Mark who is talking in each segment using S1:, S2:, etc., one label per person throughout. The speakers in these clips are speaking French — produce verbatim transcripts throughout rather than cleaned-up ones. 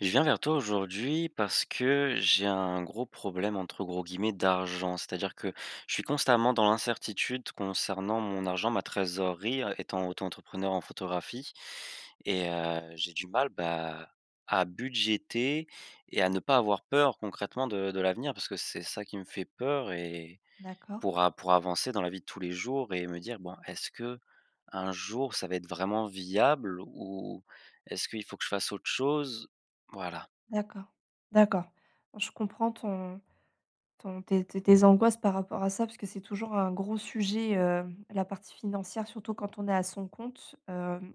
S1: Je viens vers toi aujourd'hui parce que j'ai un gros problème entre gros guillemets «d'argent». C'est-à-dire que je suis constamment dans l'incertitude concernant mon argent, ma trésorerie, heu, étant auto-entrepreneur en photographie et heu, j'ai du mal, bah, à budgéter et à ne pas avoir peur concrètement de de l'avenir parce que c'est ça qui me fait peur et
S2: D'accord,
S1: pour a pour avancer dans la vie de tous les jours et me dire: «Bon, est-ce que un jour ça va être vraiment viable ou est-ce qu'il faut que je fasse autre chose?» Voilà,
S2: d'accord, d'accord. Bon, je comprends ton ton tes tes tes angoisses par rapport à ça, parce que c'est toujours un gros sujet, heu, la partie financière, surtout quand on est à son compte, hem,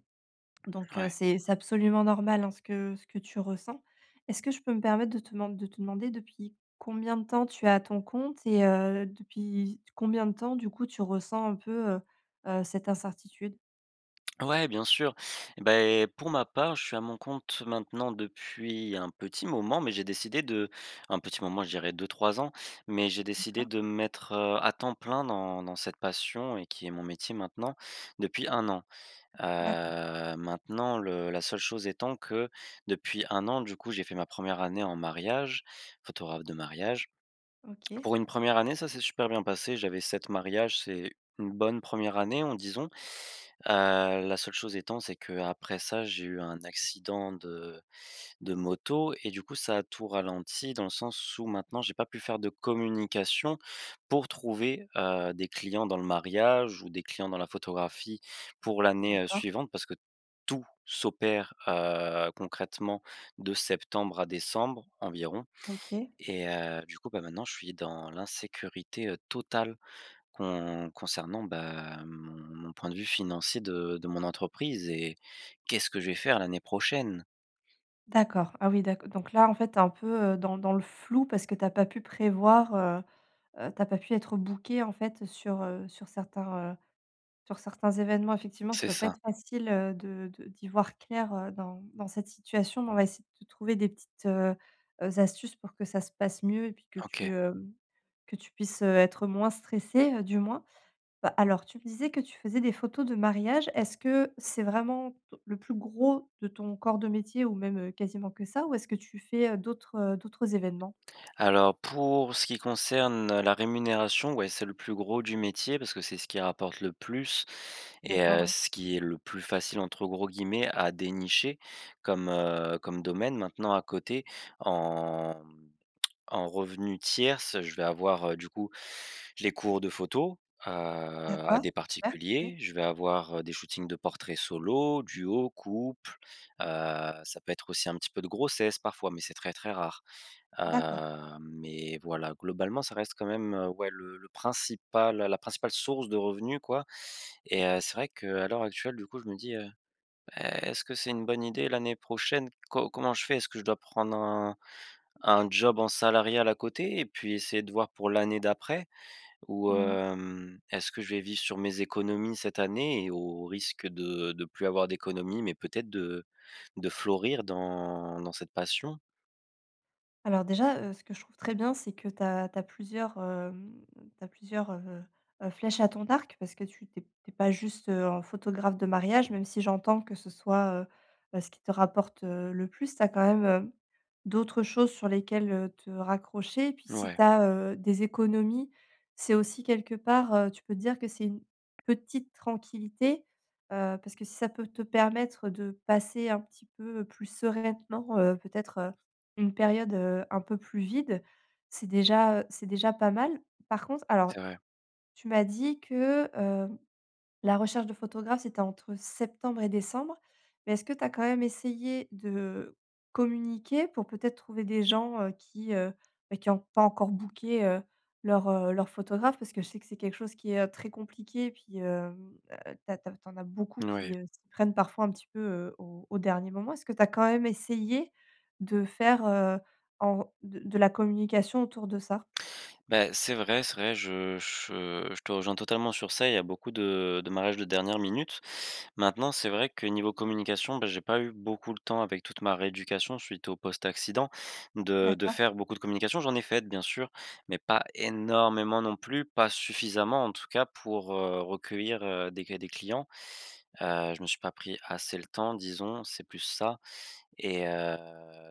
S2: donc heu,
S1: ouais.
S2: c'est c'est absolument normal, hein, ce que ce que tu ressens. Est-ce que je peux me permettre de te deman de te demander depuis combien de temps tu es à ton compte et heu, depuis combien de temps, du coup, tu ressens un peu, heu heu, cette incertitude?
S1: Ouais, bien sûr. Eh ben pour ma part, je suis à mon compte maintenant depuis un petit moment, mais j'ai décidé de un petit moment, je dirais deux trois ans, mais j'ai décidé
S2: D'accord,
S1: de me mettre, heu, à temps plein dans dans cette passion et qui est mon métier maintenant depuis un an.
S2: d'accord,
S1: Heu, maintenant le la seule chose étant que depuis un an, du coup, j'ai fait ma première année en mariage, photographe de mariage.
S2: OK,
S1: Pour une première année, ça s'est super bien passé. J'avais sept mariages, c'est une bonne première année, en disons. Heu, la seule chose étant, c'est qu'après ça, j'ai eu un accident de de moto et du coup, ça a tout ralenti dans le sens où maintenant j'ai pas pu faire de communication pour trouver, heu, des clients dans le mariage ou des clients dans la photographie pour l'année, heu,
S2: d'accord,
S1: suivante parce que tout s'opère, heu, concrètement de septembre à décembre environ
S2: OK.
S1: et heu, du coup, bah, maintenant je suis dans l'insécurité, heu, totale, con concernant, bah, mon mon point de vue financier de de mon entreprise et qu'est-ce que je vais faire l'année prochaine?
S2: D'accord. Ah oui, d'accord. Donc là, en fait, t'es un peu, heu, dans dans le flou parce que t'as pas pu prévoir, heu heu, tu pas pu être booké en fait, sur, heu, sur certains, heu, sur certains événements. Effectivement, ça
S1: C'est
S2: doit pas
S1: ça,
S2: être facile, heu, de de d'y voir clair, heu, dans dans cette situation, mais on va essayer de te trouver des petites, heu heu, astuces pour que ça se passe mieux et puis que
S1: OK.
S2: tu, hem, que tu puisses, heu, être moins stressé, du moins. Bah, alors, tu me disais que tu faisais des photos de mariage. Est-ce que c'est vraiment t- le plus gros de ton corps de métier ou même euh, quasiment que ça? Ou est-ce que tu fais euh, d'autres euh, d'autres événements?
S1: Alors pour ce qui concerne la rémunération, ouais, c'est le plus gros du métier parce que c'est ce qui rapporte le plus et
S2: D'accord,
S1: heu,
S2: ouais.
S1: ce qui est le plus «facile» entre gros guillemets à dénicher comme, heu, comme domaine. Maintenant à côté en en revenu tierces, je vais avoir, heu, du coup, les cours de photo, heu, à
S2: D'accord.
S1: des
S2: Super, ok.
S1: particuliers. Je vais avoir, heu, des shootings de portraits solo, duo, couple, heu, ça peut être aussi un petit peu de grossesse parfois, mais c'est très, très rare.
S2: D'accord.
S1: Heu, mais voilà, globalement, ça reste quand même, heu, ouais, le le principal la principale source de revenus, quoi, et heu, c'est vrai qu'à l'heure actuelle, du coup, je me dis, heu: «Eh, est-ce que c'est une bonne idée l'année prochaine? Co Comment je fais? Est-ce que je dois prendre un un job en salarial à côté et puis essayer de voir pour l'année d'après? Ou, hem, est-ce que je vais vivre sur mes économies cette année et au risque de de plus avoir d'économies, mais peut-être de de florir dans dans cette passion?»
S2: Alors déjà, heu, ce que je trouve très bien, c'est que tu as plusieurs, hem, tu plusieurs, heu heu, flèches à ton arc parce que tu t'es es pas juste, heu, en photographe de mariage, même si j'entends que ce soit, heu heu, ce qui te rapporte, heu, le plus. Tu as quand même, heu, d'autres choses sur lesquelles, heu, te raccrocher et puis si
S1: Ouais,
S2: tu as des économies, c'est aussi quelque part, heu, tu peux te dire que c'est une petite tranquillité, heu, parce que si ça peut te permettre de passer un petit peu plus sereinement, heu, peut-être, une période, heu, un peu plus vide, c'est déjà, c'est déjà pas mal. Par contre, alors
S1: c'est vrai.
S2: tu m'as dit que la recherche de photographe, c'était entre septembre et décembre, mais est-ce que tu as quand même essayé de communiquer pour peut-être trouver des gens, heu, qui, heu, bah, qui n'ont pas encore booké, heu, leur, heu, leur photographe? Parce que je sais que c'est quelque chose qui est, heu, très compliqué et puis, hem, heu, tu as tu as beaucoup
S1: Ouais.
S2: qui, heu, s'y prennent parfois un petit peu, heu, au au dernier moment. Est-ce que tu as quand même essayé de faire, heu, en de de la communication autour de ça?
S1: Ben c'est vrai, c'est vrai, je je je te rejoins totalement sur ça. Il y a beaucoup de de mariages de dernière minute. Maintenant, c'est vrai que niveau communication, ben j'ai pas eu beaucoup le temps avec toute ma rééducation suite au post-accident de de
S2: D'accord,
S1: faire beaucoup de communication. J'en ai fait, bien sûr, mais pas énormément non plus, pas suffisamment en tout cas pour, heu, recueillir, heu, des des clients. Heu, je me suis pas pris assez le temps, disons, c'est plus ça. Et heu,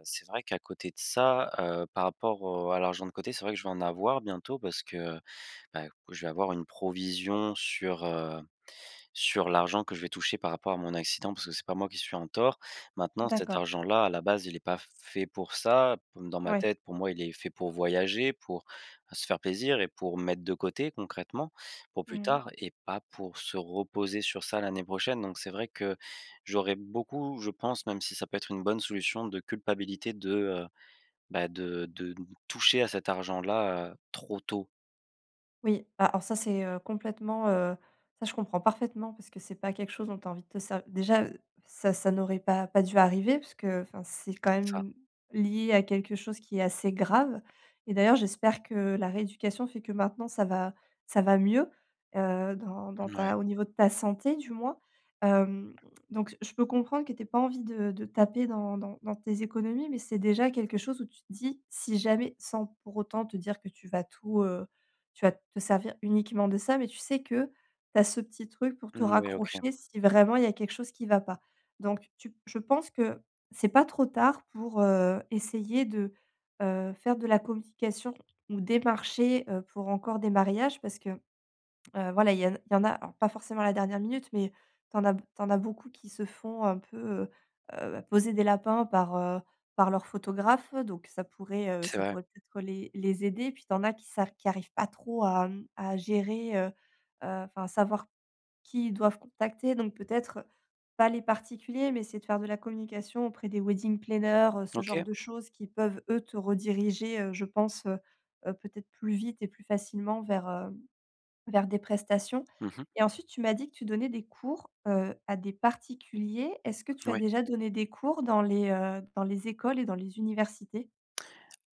S1: c'est vrai qu'à côté de ça, heu, par rapport au à l'argent de côté, c'est vrai que je vais en avoir bientôt parce que, bah, je vais avoir une provision sur, heu sur l'argent que je vais toucher par rapport à mon accident, parce que c'est pas moi qui suis en tort. Maintenant, cet
S2: d'accord,
S1: argent-là, à la base, il est pas fait pour ça. Dans ma
S2: ouais.
S1: tête, pour moi, il est fait pour voyager, pour se faire plaisir et pour mettre de côté concrètement pour plus
S2: Mmh.
S1: tard et pas pour se reposer sur ça l'année prochaine. Donc c'est vrai que j'aurais beaucoup, je pense, même si ça peut être une bonne solution, de culpabilité de, heu, bah, de de toucher à cet argent-là, heu, trop tôt.
S2: Oui, ah alors ça c'est, heu, complètement, heu, ça je comprends parfaitement parce que c'est pas quelque chose dont tu as envie de te servir. Déjà, ça ça n'aurait pas pas dû arriver parce que, enfin, c'est quand
S1: C'est ça.
S2: même lié à quelque chose qui est assez grave et d'ailleurs j'espère que la rééducation fait que maintenant ça va ça va mieux, heu, dans dans
S1: Ouais,
S2: ta au niveau de ta santé du moins. Hem, donc je peux comprendre que tu aies pas envie de de taper dans dans dans tes économies mais c'est déjà quelque chose où tu te dis si jamais sans pour autant te dire que tu vas tout, heu tu vas te servir uniquement de ça, mais tu sais que tu as ce petit truc pour te
S1: ouais, OK.
S2: raccrocher si vraiment il y a quelque chose qui va pas. Donc tu je pense que c'est pas trop tard pour, heu, essayer de, heu, faire de la communication ou démarcher, heu, pour encore des mariages parce que Heu, voilà, il y en il y en a alors pas forcément à la dernière minute, mais t'en as t'en as beaucoup qui se font un peu, heu heu, bah, poser des lapins par, heu, par leur photographe, donc ça pourrait, heu,
S1: C'est
S2: ça
S1: vrai.
S2: pourrait peut-être les les aider. Puis t'en as qui sa qui arrivent pas trop à, mmh, à gérer, heu heu, enfin, savoir qui ils doivent contacter, donc peut-être pas les particuliers, mais c'est de faire de la communication auprès des wedding planners, heu, ce genre
S1: OK.
S2: de choses qui peuvent, eux, te rediriger, heu, je pense, heu heu, peut-être plus vite et plus facilement vers, heu vers des prestations
S1: Mmh.
S2: et ensuite tu m'as dit que tu donnais des cours, heu, à des particuliers. Est-ce que tu as
S1: Ouais.
S2: déjà donné des cours dans les, heu, dans les écoles et dans les universités?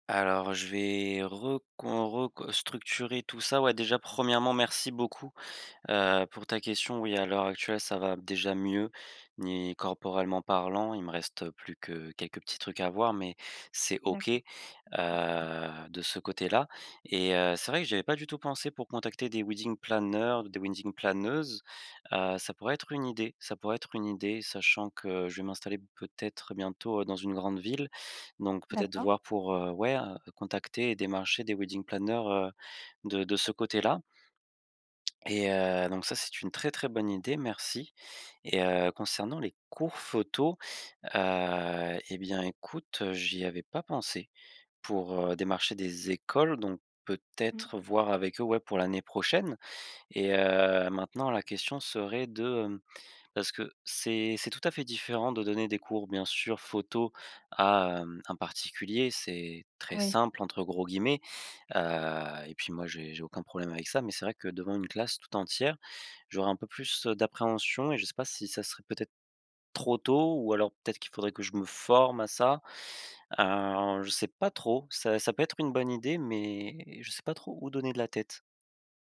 S1: Alors je vais recon reco structurer tout ça. Ouais, déjà, premièrement, merci beaucoup. Heu, pour ta question, oui, à l'heure actuelle, ça va déjà mieux, ni corporellement parlant. Il me reste plus que quelques petits trucs à voir, mais c'est OK, heu,
S2: D'accord, ah super.
S1: de ce côté-là, et heu, c'est vrai que j'avais pas du tout pensé pour contacter des wedding planners, des wedding planneuses. Heu, ça pourrait être une idée, ça pourrait être une idée, sachant que je vais m'installer peut-être bientôt, heu, dans une grande ville, donc peut-être
S2: D'accord.
S1: voir pour, heu, ouais, heu, contacter et démarcher des wedding planners, heu, de de ce côté-là. Et heu, donc ça, c'est une très, très bonne idée, merci, et heu, concernant les cours photo, heu et bien, écoute, j'y avais pas pensé pour, heu, démarcher des écoles, donc
S2: Mmh.
S1: peut-être voir avec eux, ouais, pour l'année prochaine, et heu, maintenant la question serait de, hem, parce que c'est c'est tout à fait différent de donner des cours, bien sûr, photo à, hem, un particulier. C'est «très
S2: Oui.
S1: simple» entre gros guillemets. Heu et puis moi j'ai j'ai aucun problème avec ça, mais c'est vrai que devant une classe tout entière, j'aurais un peu plus, heu, d'appréhension, et je sais pas si ça serait peut-être trop tôt ou alors peut-être qu'il faudrait que je me forme à ça. Heu, je sais pas trop, ça ça peut être une bonne idée, mais je sais pas trop où donner de la tête.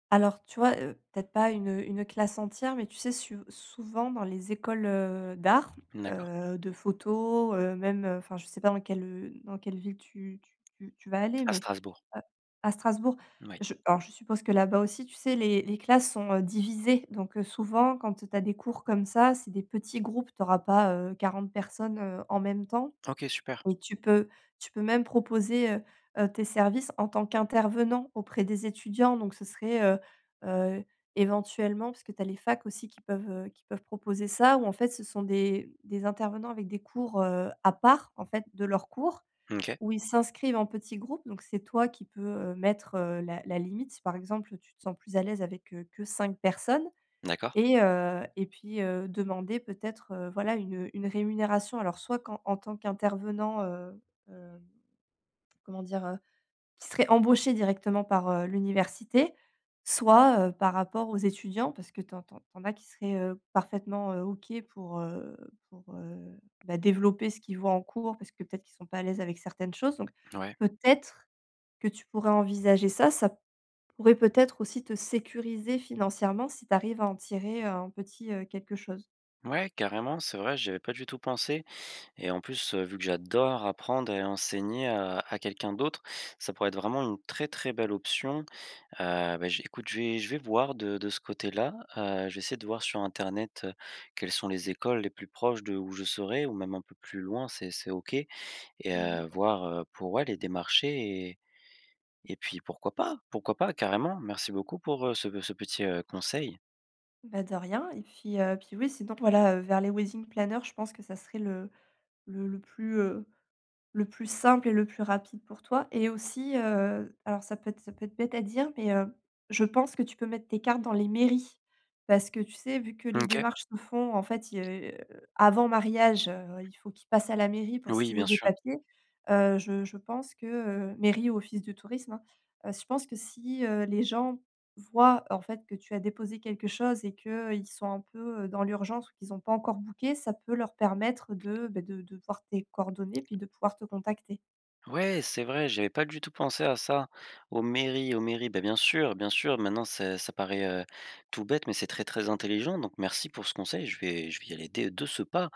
S2: Alors tu vois, heu, peut-être pas une, une classe entière, mais tu sais su souvent dans les écoles, heu, d'art,
S1: D'accord.
S2: heu, de photo, heu, même, heu, enfin je sais pas dans quelle, dans quelle ville tu tu tu tu vas aller,
S1: À
S2: mais
S1: Strasbourg,
S2: Heu, à Strasbourg.
S1: oui.
S2: Je alors je suppose que là-bas aussi, tu sais, les les classes sont, heu, divisées donc heu, souvent quand tu as des cours comme ça, c'est des petits groupes, tu auras pas, heu, quarante personnes, heu, en même temps
S1: OK, super.
S2: et tu peux tu peux même proposer, heu heu, tes services en tant qu'intervenant auprès des étudiants donc ce serait, heu heu, éventuellement parce que tu as les facs aussi qui peuvent, heu, qui peuvent proposer ça, où en fait ce sont des des intervenants avec des cours, heu, à part en fait de leurs cours
S1: OK,
S2: où ils s'inscrivent en petits groupes, donc c'est toi qui peux, heu, mettre, heu, la la limite. Si par exemple, tu te sens plus à l'aise avec, heu, que cinq personnes
S1: d'accord.
S2: et heu et puis, heu, demander peut-être, heu, voilà une, une rémunération. Alors soit qu'en en tant qu'intervenant, heu, hem, comment dire? Qui seraient embauchés directement par, heu, l'université, soit, heu, par rapport aux étudiants parce que t'en en tu as qui seraient, heu, parfaitement, heu, OK pour, heu pour, heu, bah, développer ce qu'ils voient en cours parce que peut-être qu'ils sont pas à l'aise avec certaines choses donc
S1: Ouais.
S2: peut-être que tu pourrais envisager ça. Ça pourrait peut-être aussi te sécuriser financièrement si tu arrives à en tirer, heu, un petit, heu, quelque chose.
S1: Ouais, carrément, c'est vrai, j'y avais pas du tout pensé et en plus, heu, vu que j'adore apprendre et enseigner à à quelqu'un d'autre, ça pourrait être vraiment une très, très belle option. Heu, bah, je écoute, je vais je vais voir de de ce côté-là, heu, je vais essayer de voir sur internet, heu, quelles sont les écoles les plus proches de où je serai ou même un peu plus loin, c'est c'est OK, et
S2: Mmh.
S1: heu, voir, heu, pour, ouais, les démarcher et et puis pourquoi pas pourquoi pas carrément. Merci beaucoup pour, heu, ce ce petit, heu, conseil.
S2: Bah, de rien et puis, heu, puis oui sinon voilà, heu, vers les wedding planners je pense que ça serait le le le plus, heu le plus simple et le plus rapide pour toi et aussi, heu, alors ça peut être ça peut être bête à dire, mais, heu, je pense que tu peux mettre tes cartes dans les mairies. Parce que tu sais, vu que les
S1: OK.
S2: démarches se font, en fait, il heu, avant mariage, heu, il faut qu'ils passent à la mairie pour
S1: Oui,
S2: signer
S1: bien
S2: des
S1: sûr.
S2: papiers. Heu, je je pense que, heu mairie ou office de tourisme, hein, heu, je pense que si, heu, les gens voient, en fait, que tu as déposé quelque chose et qu'ils sont un peu, heu, dans l'urgence ou qu'ils n'ont pas encore booké, ça peut leur permettre de, beh, de de voir tes coordonnées puis de pouvoir te contacter.
S1: Ouais, c'est vrai, j'avais pas du tout pensé à ça. Aux mairies, aux mairies, bah, bien sûr, bien sûr, maintenant ça ça paraît, heu, tout bête, mais c'est très, très intelligent, donc merci pour ce conseil. Je vais je vais y aller dès de ce pas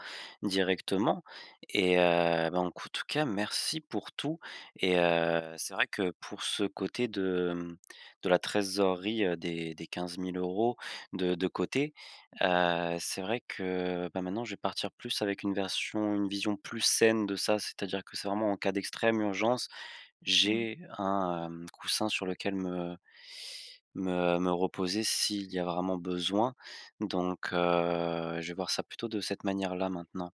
S1: directement, et heu, bah, en tout cas, merci pour tout, et heu, c'est vrai que pour ce côté de, mmh, de la trésorerie, heu, des des quinze mille euros de de côté. Heu, c'est vrai que, bah, maintenant je vais partir plus avec une version une vision plus saine de ça. C'est-à-dire que c'est vraiment en cas d'extrême urgence,
S2: Mmh.
S1: j'ai un, hem, coussin sur lequel me me me reposer s'il y a vraiment besoin. Donc heu, je vais voir ça plutôt de cette manière-là maintenant,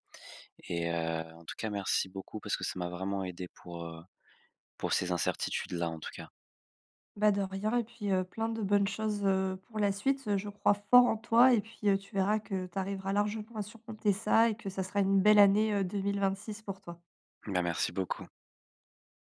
S1: et heu, en tout cas merci beaucoup parce que ça m'a vraiment aidé pour, heu, pour ces incertitudes-là en tout cas.
S2: Bah, de rien et puis, heu, plein de bonnes choses, heu, pour la suite. Je crois fort en toi et puis, heu, tu verras que tu arriveras largement à surmonter ça et que ça sera une belle année, heu, deux mille vingt-six pour toi.
S1: Bah, merci beaucoup.